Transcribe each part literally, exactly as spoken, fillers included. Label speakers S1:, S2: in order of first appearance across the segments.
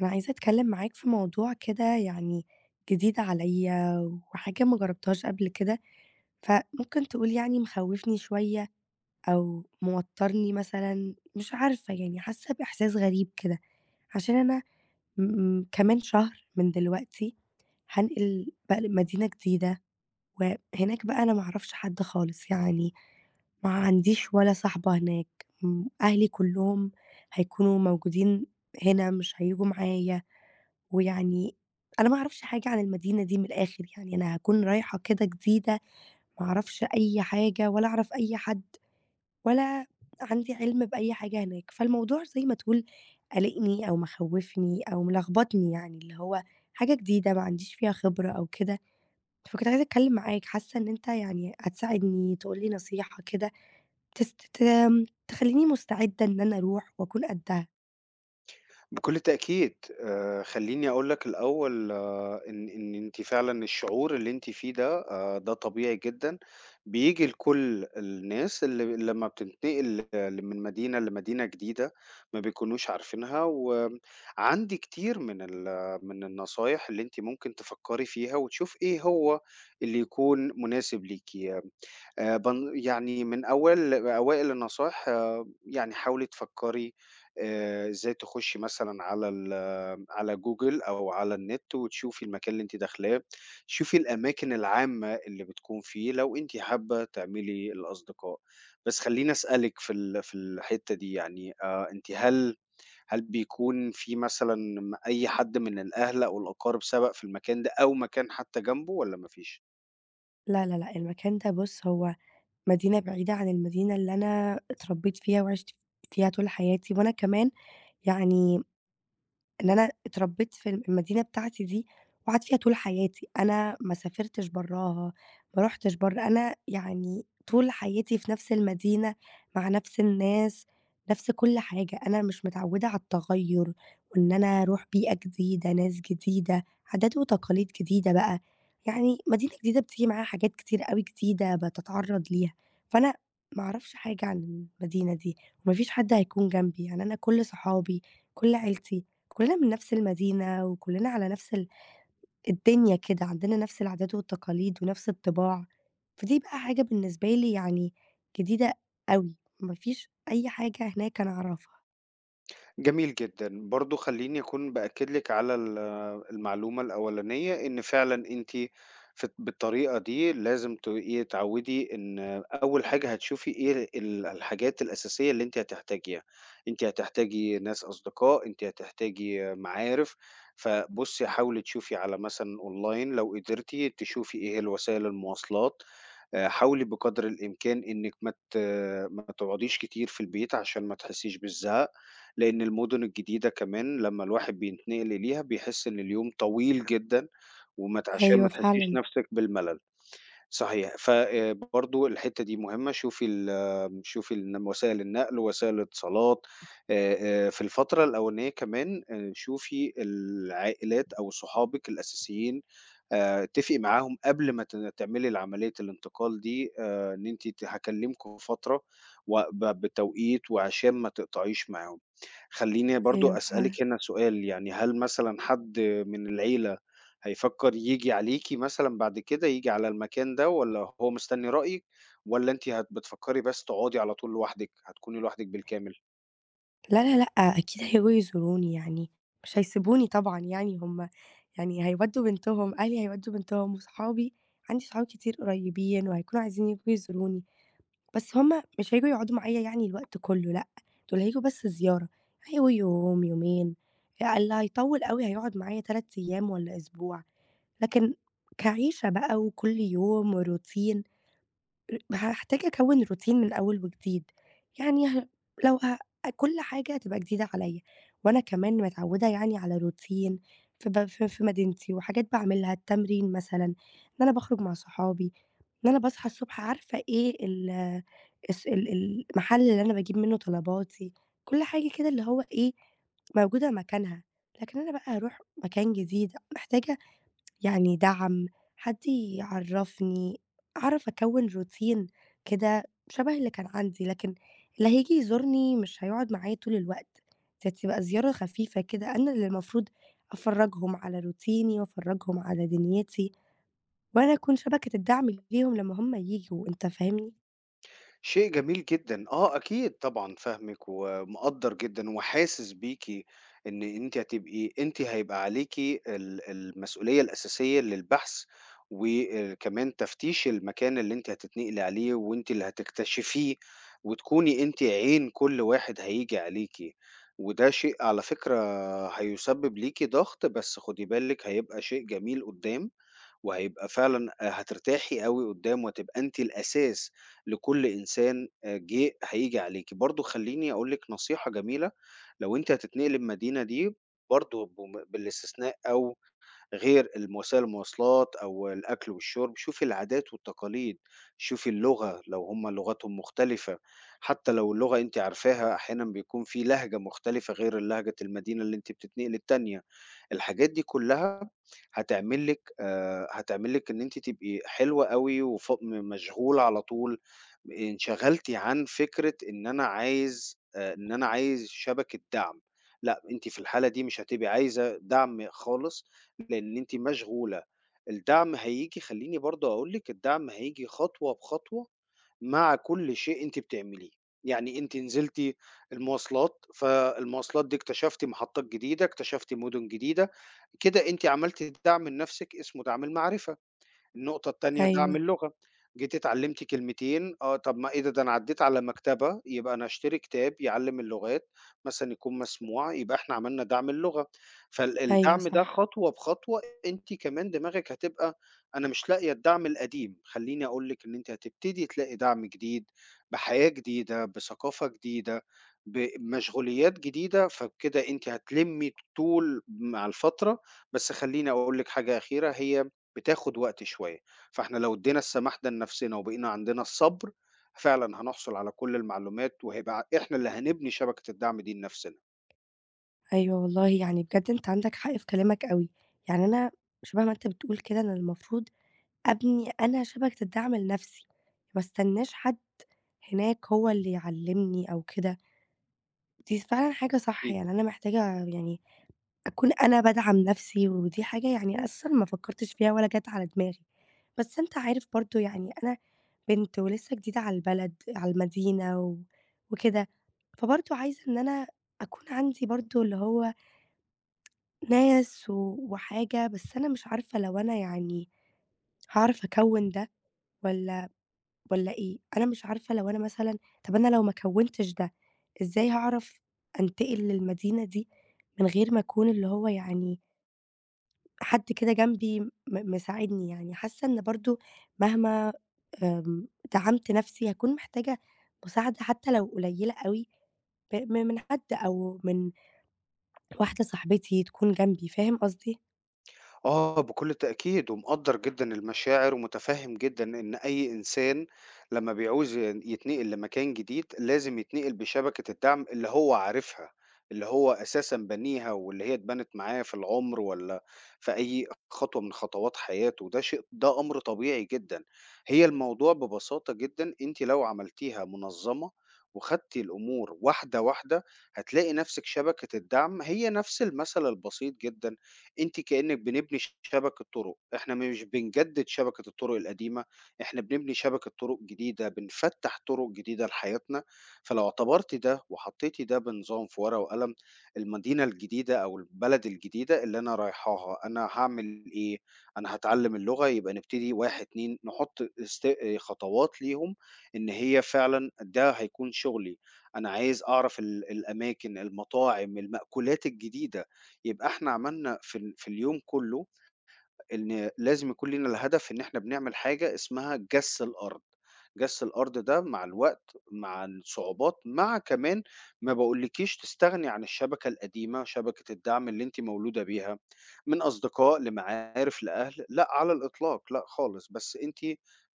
S1: أنا عايزة أتكلم معاك في موضوع كده يعني جديد عليّا وحاجة ما جربتهاش قبل كده، فممكن تقول يعني مخوّفني شوية أو موتّرني مثلًا، مش عارفة يعني حاسة بإحساس غريب كده، عشان أنا م م- كمان شهر من دلوقتي هانقل بقى لمدينة جديدة، وهناك بقى أنا ما أعرفش حد خالص، يعني ما عنديش ولا صاحبة هناك، م أهلي كلّهم هيكونوا موجودين هنا مش هييجوا معايا. ويعني أنا ما أعرفش حاجة عن المدينة دي من الآخر، يعني أنا هاكون رايحة كده جديدة، ما أعرفش أي حاجة ولا أعرف أي حد ولا عندي علم بأي حاجة هناك، فالموضوع زي ما تقول قالقني أو مخوّفني أو ملخبطني يعني، اللي هو حاجة جديدة ما عنديش فيها خبرة أو كده، فكنت عايزة أتكلم معاك، حاسة إن أنت يعني هتساعدني، تقول لي نصيحة كده تس ت تخلّيني مستعدة إن أنا أروح وأكون قدّها.
S2: بكل تأكيد، آآ خلّيني أقول لك الأول، آه، إن إن أنتِ فعلًا الشعور اللي أنتِ فيه ده آآ ده طبيعي جدًا. بييجي لكل الناس اللي لمّا بتنتقل ل من مدينة لمدينة جديدة ما بيكونوش عارفينها، وعندي كتير من ال من النصايح اللي أنتِ ممكن تفكّري فيها وتشوفي إيه هو اللي يكون مناسب ليكِ. آآ بن يعني من أول أوائل النصايح، آه، يعني حاولي تفكّري آآ إزاي تخُشّي مثلًا على ال على جوجل أو على النت وتشوفي المكان اللي أنتِ داخلاه، شوفي الأماكن العامة اللي بتكون فيه لو أنتِ حابّة تعملي الأصدقاء. بس خلّيني أسألِك في ال في الحتّة دي، يعني آآ أنتِ، هل هل بيكون في مثلًا م أي حد من الأهل أو الأقارب سَبَق في المكان ده أو مكان حتّى جنبه والّا ما فيش؟
S1: لا، لا، لأ، المكان ده بُص هو مدينة بعيدة عن المدينة اللي أنا اتربيت فيها وعِشت فيها طول حياتي، وأنا كمان يعني إن أنا اتربيت في المدينة بتاعتي دي وقعدت فيها طول حياتي، أنا ما سافرتش براها، ما رُحتش برّه، أنا يعني طول حياتي في نفس المدينة، مع نفس الناس، نفس كل حاجة، أنا مش متعودة على التغيُّر وإن أنا أروح بيئة جديدة، ناس جديدة، عادات وتقاليد جديدة بقى، يعني مدينة جديدة بتيجي معاها حاجات كتير أوي جديدة بتتعرّض ليها، فأنا ما أعرفش حاجة عن المدينة دي وما فيش حد هيكون جنبي، يعني أنا كل صحابي، كل عيلتي كلنا من نفس المدينة وكلنا على نفس ال الدنيا كده، عندنا نفس العادات والتقاليد ونفس الطباع، فدي بقى حاجة بالنسبة لي يعني جديدة أوي، ما فيش أي حاجة هناك أنا أعرفها.
S2: جميل جدًا. برضه خلّيني أكون بأكد لِك على ال المعلومة الأولانية، إن فعلًا أنتِ فت بالطريقة دي لازم ت إيه، تعوّدي إن أول حاجة هتشوفي إيه ال الحاجات الأساسية اللي أنتِ هتحتاجيها. أنتِ هتحتاجي ناس أصدقاء، أنتِ هتحتاجي معارف، فبُصّي حاولي تشوفي على مثلًا أونلاين لو قدرتِ، تشوفي إيه هي الوسائل المواصلات. آآ حاولي بقدر الإمكان إنِّك ما ت ما تقعديش كتير في البيت عشان ما تحسّيش بالزهق، لإن المُدن الجديدة كمان لمّا الواحد بينتقل ليها بيحس إن اليوم طويل جدًا، وما ت عشان ما
S1: أيوه
S2: تحسّيش
S1: فعلًا.
S2: نَفْسِك بالملل. صحيح. ف آآ برضه الحتّة دي مهمة، شوفي ال شوفي الن وسائل النقل، وسائل الاتصالات. آآ آآ في الفترة الأولانية كمان، آآ شوفي العائلات أو صحابِك الأساسيين، آآ اتّفقي معاهم قبل ما ت تعملي العملية الانتقال دي، آآ إن أنتِ ت هاكلمكم فترة، وب بتوقيت، وعشان ما تقطعيش معاهم. خلّيني برضه
S1: أيوه فعلًا.
S2: أسألِك هنا سؤال، يعني هل مثلًا حد من العيلة هيفكّر ييجي عليكِ مثلًا بعد كده، ييجي على المكان ده، والّا هو مستني رأيِك، والّا أنتِ هت بتفكّري بس تقعدي على طول لوحدِك، هتكوني لوحدِك بالكامل؟
S1: لا، لا، لأ، أكيد هييجوا يزوروني يعني، مش هيسيبوني طبعًا يعني هم يعني هيودّوا بنتهم، أهلي هيودّوا بنتهم وصحابي عندي صحاب كتير قريبين وهيكونوا عايزين ييجوا يزوروني. بس هم مش هييجوا يقعدوا معايا يعني الوقت كلّه لأ، دول هييجوا بس زيارة، هييجوا يوم، يومين، اللي هيطوّل أوي هيقعد معايا ثلاثة أيام والّا أسبوع، لكن كعيشة بقى وكل يوم وroutine ر هاحتاج أكوّن روتين من أول وجديد، يعني ه لو ه كل حاجة هتبقى جديدة عليَّ، وأنا كمان متعوّدة يعني على روتين في ب في في مدينتي وحاجات باعملها، التمرين مثلًا، إن أنا باخرج مع صحابي، إن أنا باصحى الصبح عارفة إيه ال الس ال المحل اللي أنا باجيب منه طلباتي، كل حاجة كده اللي هو إيه موجودة مكانها، لكن أنا بقى هاروح مكان جديد محتاجة يعني دعم، حد يعرّفني، أعرف أكوّن روتين كده شبه اللي كان عندي، لكن اللي هييجي يزورني مش هيقعد معايا طول الوقت، دي هتبقى زيارة خفيفة كده، أنا اللي المفروض أفرّجهم على روتيني وأفرّجهم على دنيتي، وأنا أكون شبكة الدعم ليهم لمّا هم ييجوا، أنت فاهمني؟
S2: شيء جميل جدًا. آه، أكيد طبعًا فاهمِك ومقدّر جدًا وحاسس بيكِ إن أنتِ هتبقي أنتِ هيبقى عليكِ ال المسؤولية الأساسية للبحث، وكمان تفتيش المكان اللي أنتِ هتتنقلي عليه، وأنتِ اللي هتكتشفيه، وتكوني أنتِ عين كل واحد هييجي عليكِ. وده شيء على فكرة هيسبب ليكِ ضغط، بس خدي بالِك هيبقى شيء جميل قدّام، وهيبقى فعلًا آآ هترتاحي أوي قدّامه، هتبقى أنتِ الأساس لكل إنسان آآ جه هييجي عليكِ. برضه خلّيني أقول لِك نصيحة جميلة، لو أنتِ هتتنقلي المدينة دي، برضه بم بالاستثناء أو غير الم وسائل المواصلات أو الأكل والشرب، شوفي العادات والتقاليد، شوفي اللغة لو هم لغتهم مختلفة، حتى لو اللغة أنتِ عارفاها أحيانًا بيكون في لهجة مختلفة غير لهجة المدينة اللي أنتِ بتتنقلي التانية. الحاجات دي كلها هتعمل لِك آآ هتعمل لِك إن أنتِ تبقي حلوة أوي، وف م مشغولة على طول، انشغلتِ عن فكرة إن أنا عايز آآ إن أنا عايز شبكة دعم، لأ أنتِ في الحالة دي مش هتبقي عايزة دعم خالص، لإن أنتِ مشغولة. الدعم هييجي، خلّيني برضه أقول لِك، الدعم هييجي خطوة بخطوة مع كل شيء أنتِ بتعمليه، يعني أنتِ نزلتِ المواصلات، فالمواصلات دي اكتشفتِ محطات جديدة، اكتشفتِ مدن جديدة، كده أنتِ عملتِ دعم لنفسِك اسمه دعم المعرفة. النقطة التانية دعم
S1: أيوه.
S2: اللغة، جيتِ اتعلمتِ كلمتين، آه، طب ما إيه ده، ده أنا عدّيت على مكتبة، يبقى أنا هاشتري كتاب يعلّم اللغات، مثلًا يكون مسموع، يبقى إحنا عملنا دعم اللغة. فال
S1: أيوه
S2: الدعم ده
S1: صح.
S2: خطوة بخطوة، أنتِ كمان دماغِك هتبقى أنا مش لاقية الدعم القديم، خلّيني أقول لِك إن أنتِ هتبتدي تلاقي دعم جديد، بحياة جديدة، بثقافة جديدة، بمشغوليات جديدة، فبكده أنتِ هتلمّي طول مع الفترة. بس خلّيني أقول لِك حاجة أخيرة، هي بتاخد وقت شوية، فإحنا لو ادّينا السماح ده لنفسنا وبقينا عندنا الصبر، فعلًا هنحصل على كل المعلومات، وهيبقى ع إحنا اللي هنبني شبكة الدعم دي لنفسنا.
S1: أيوه والله يعني بجد أنت عندك حق في كلامك أوي، يعني أنا شبه ما أنت بتقول كده أنا المفروض أبني أنا شبكة الدعم لنفسي، ما استناش حد هناك هو اللي يعلّمني أو كده، دي فعلًا حاجة صح،
S2: أكيد.
S1: يعني أنا محتاجة يعني أكون أنا بادعم نفسي، ودي حاجة يعني أساسًا ما فكّرتش فيها ولا جات على دماغي، بس أنت عارف برضه يعني أنا بنت ولسه جديدة على البلد، على المدينة و وكده، فبرضه عايزة إن أنا أكون عندي برضه اللي هو ناس و وحاجة، بس أنا مش عارفة لو أنا يعني هاعرف أكوّن ده والّا والّا إيه؟ أنا مش عارفة لو أنا مثلًا طَب أنا لو ما كوّنتش ده، إزاي هاعرف أنتقل للمدينة دي من غير ما أكون اللي هو يعني حد كده جنبي م مساعدني يعني؟ حاسة إن برضه مهما آمم، دعمت نَفْسي هاكون محتاجة مساعدة حتى لو قليلة أوي ب م من حد أو من واحدة صاحبتي تكون جنبي، فاهم قصدي؟
S2: آه، بكل تأكيد، ومقدّر جدًا المشاعر، ومتفهّم جدًا إن أي إنسان لمّا بيعوز ين يتنقل لمكان جديد، لازم يتنقل بشبكة الدعم اللي هو عارفها، اللي هو أساسًا بانيها، واللي هي اتبنت معاه في العُمر والّا في أي خطوة من خطوات حياته، وده شيء ده أمر طبيعي جدًا. هي الموضوع ببساطة جدًا أنتِ لو عملتيها منظّمة وخدتِ الأمور واحدة، واحدة، هتلاقي نَفْسِك شبكة الدعم هي نَفْس المثل البسيط جدًا. أنتِ كإنِّك بنبني ش شبكة طُرُق، إحنا مش بنجدد شبكة الطُرُق القديمة، إحنا بنبني شبكة طُرُق جديدة، بنفتّح طُرُق جديدة لحياتنا. فلو اعتبرتِ ده وحطيتِ ده بنظام في ورقة وقلم، المدينة الجديدة أو البلد الجديدة اللي أنا رايحاها، أنا هاعمل إيه؟ أنا هاتعلّم اللغة يبقى نبتدي واحد، اتنين نحُط است خطوات ليهم إن هي فعلًا ده هيكون شُغلي، أنا عايز أعرف ال الأماكن، المطاعم، المأكولات الجديدة. يبقى إحنا عملنا في ال في اليوم كُلّه إن لازم يكون لينا الهدف إن إحنا بنعمل حاجة اسمها جَسّ الأرض، جَسّ الأرض ده مع الوقت، مع الصعوبات، مع كمان، ما باقولكيش تستغني عن الشبكة القديمة، شبكة الدعم اللي أنتِ مولودة بيها، من أصدقاء لمعارف لأهل، لأ على الإطلاق، لأ خالص، بس أنتِ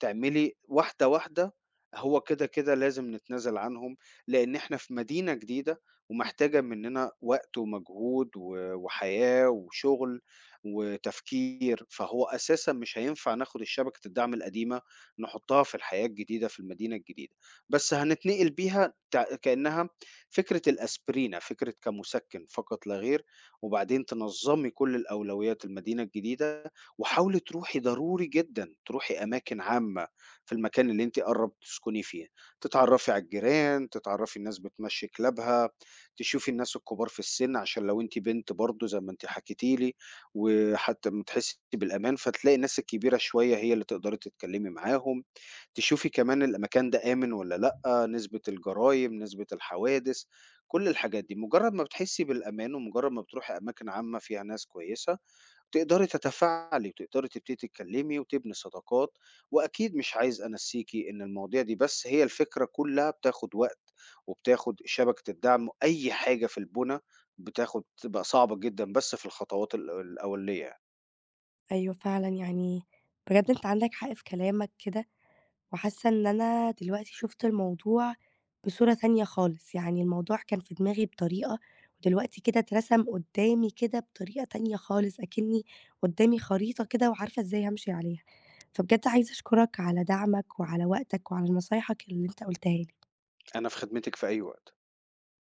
S2: تعملي واحدة، واحدة، هو كده، كده لازم نتنازل عنهم، لإن إحنا في مدينة جديدة ومحتاجة مننا وقت ومجهود و وحياة وشغل، وتفكير. فهو أساسًا مش هينفع ناخد الشبكة الدعم القديمة نحطها في الحياة الجديدة في المدينة الجديدة، بس هنتنقل بيها تع كأنها فكرة الأسبرينا، فكرة كمسكن فقط لا غير، وبعدين تنظمي كل الأولويات المدينة الجديدة، وحاولي تروحي، ضروري جدًا تروحي أماكن عامة في المكان اللي أنتِ قرّبتِ تسكني فيه، تتعرفي على الجيران، تتعرفي الناس بتمشي كلابها، تشوفي الناس الكبار في السن عشان لو أنتِ بنت برضه زي ما أنتِ حكيتِ لي. وحتى ما تحسّي بالأمان، فتلاقي الناس الكبيرة شوية هي اللي تقدري تتكلّمي معاهم، تشوفي كمان المكان ده آمن والّا لأ، نسبة الجرايم، نسبة الحوادث، كل الحاجات دي. مجرّد ما بتحسّي بالأمان ومجرّد ما بتروحي أماكن عامة فيها ناس كويسة، تقدري تتفاعلي وتقدري تبتدي تتكلمي وتبني صداقات، واكيد مش عايز انسيكي ان المواضيع دي، بس هي الفكره كلها بتاخد وقت، وبتاخد شبكه الدعم، اي حاجه في البنى بتاخد، بتبقى صعبه جدا بس في الخطوات ال- الاوليه يعني.
S1: أيوه فعلًا يعني بجد أنت عندك حق في كلامك كده وحاسة إن أنا دلوقتي شُفت الموضوع بصورة تانية خالص، يعني الموضوع كان في دماغي بطريقة ودلوقتي كده اترسم قدّامي كده بطريقة تانية خالص، أكنّي قدّامي خريطة كده وعارفة إزاي هامشي عليها. فبجد عايزة أشكرك على دعمك وعلى وقتك وعلى نصايحك اللي أنت قُلتها لي.
S2: انا في خدمتك في اي وقت.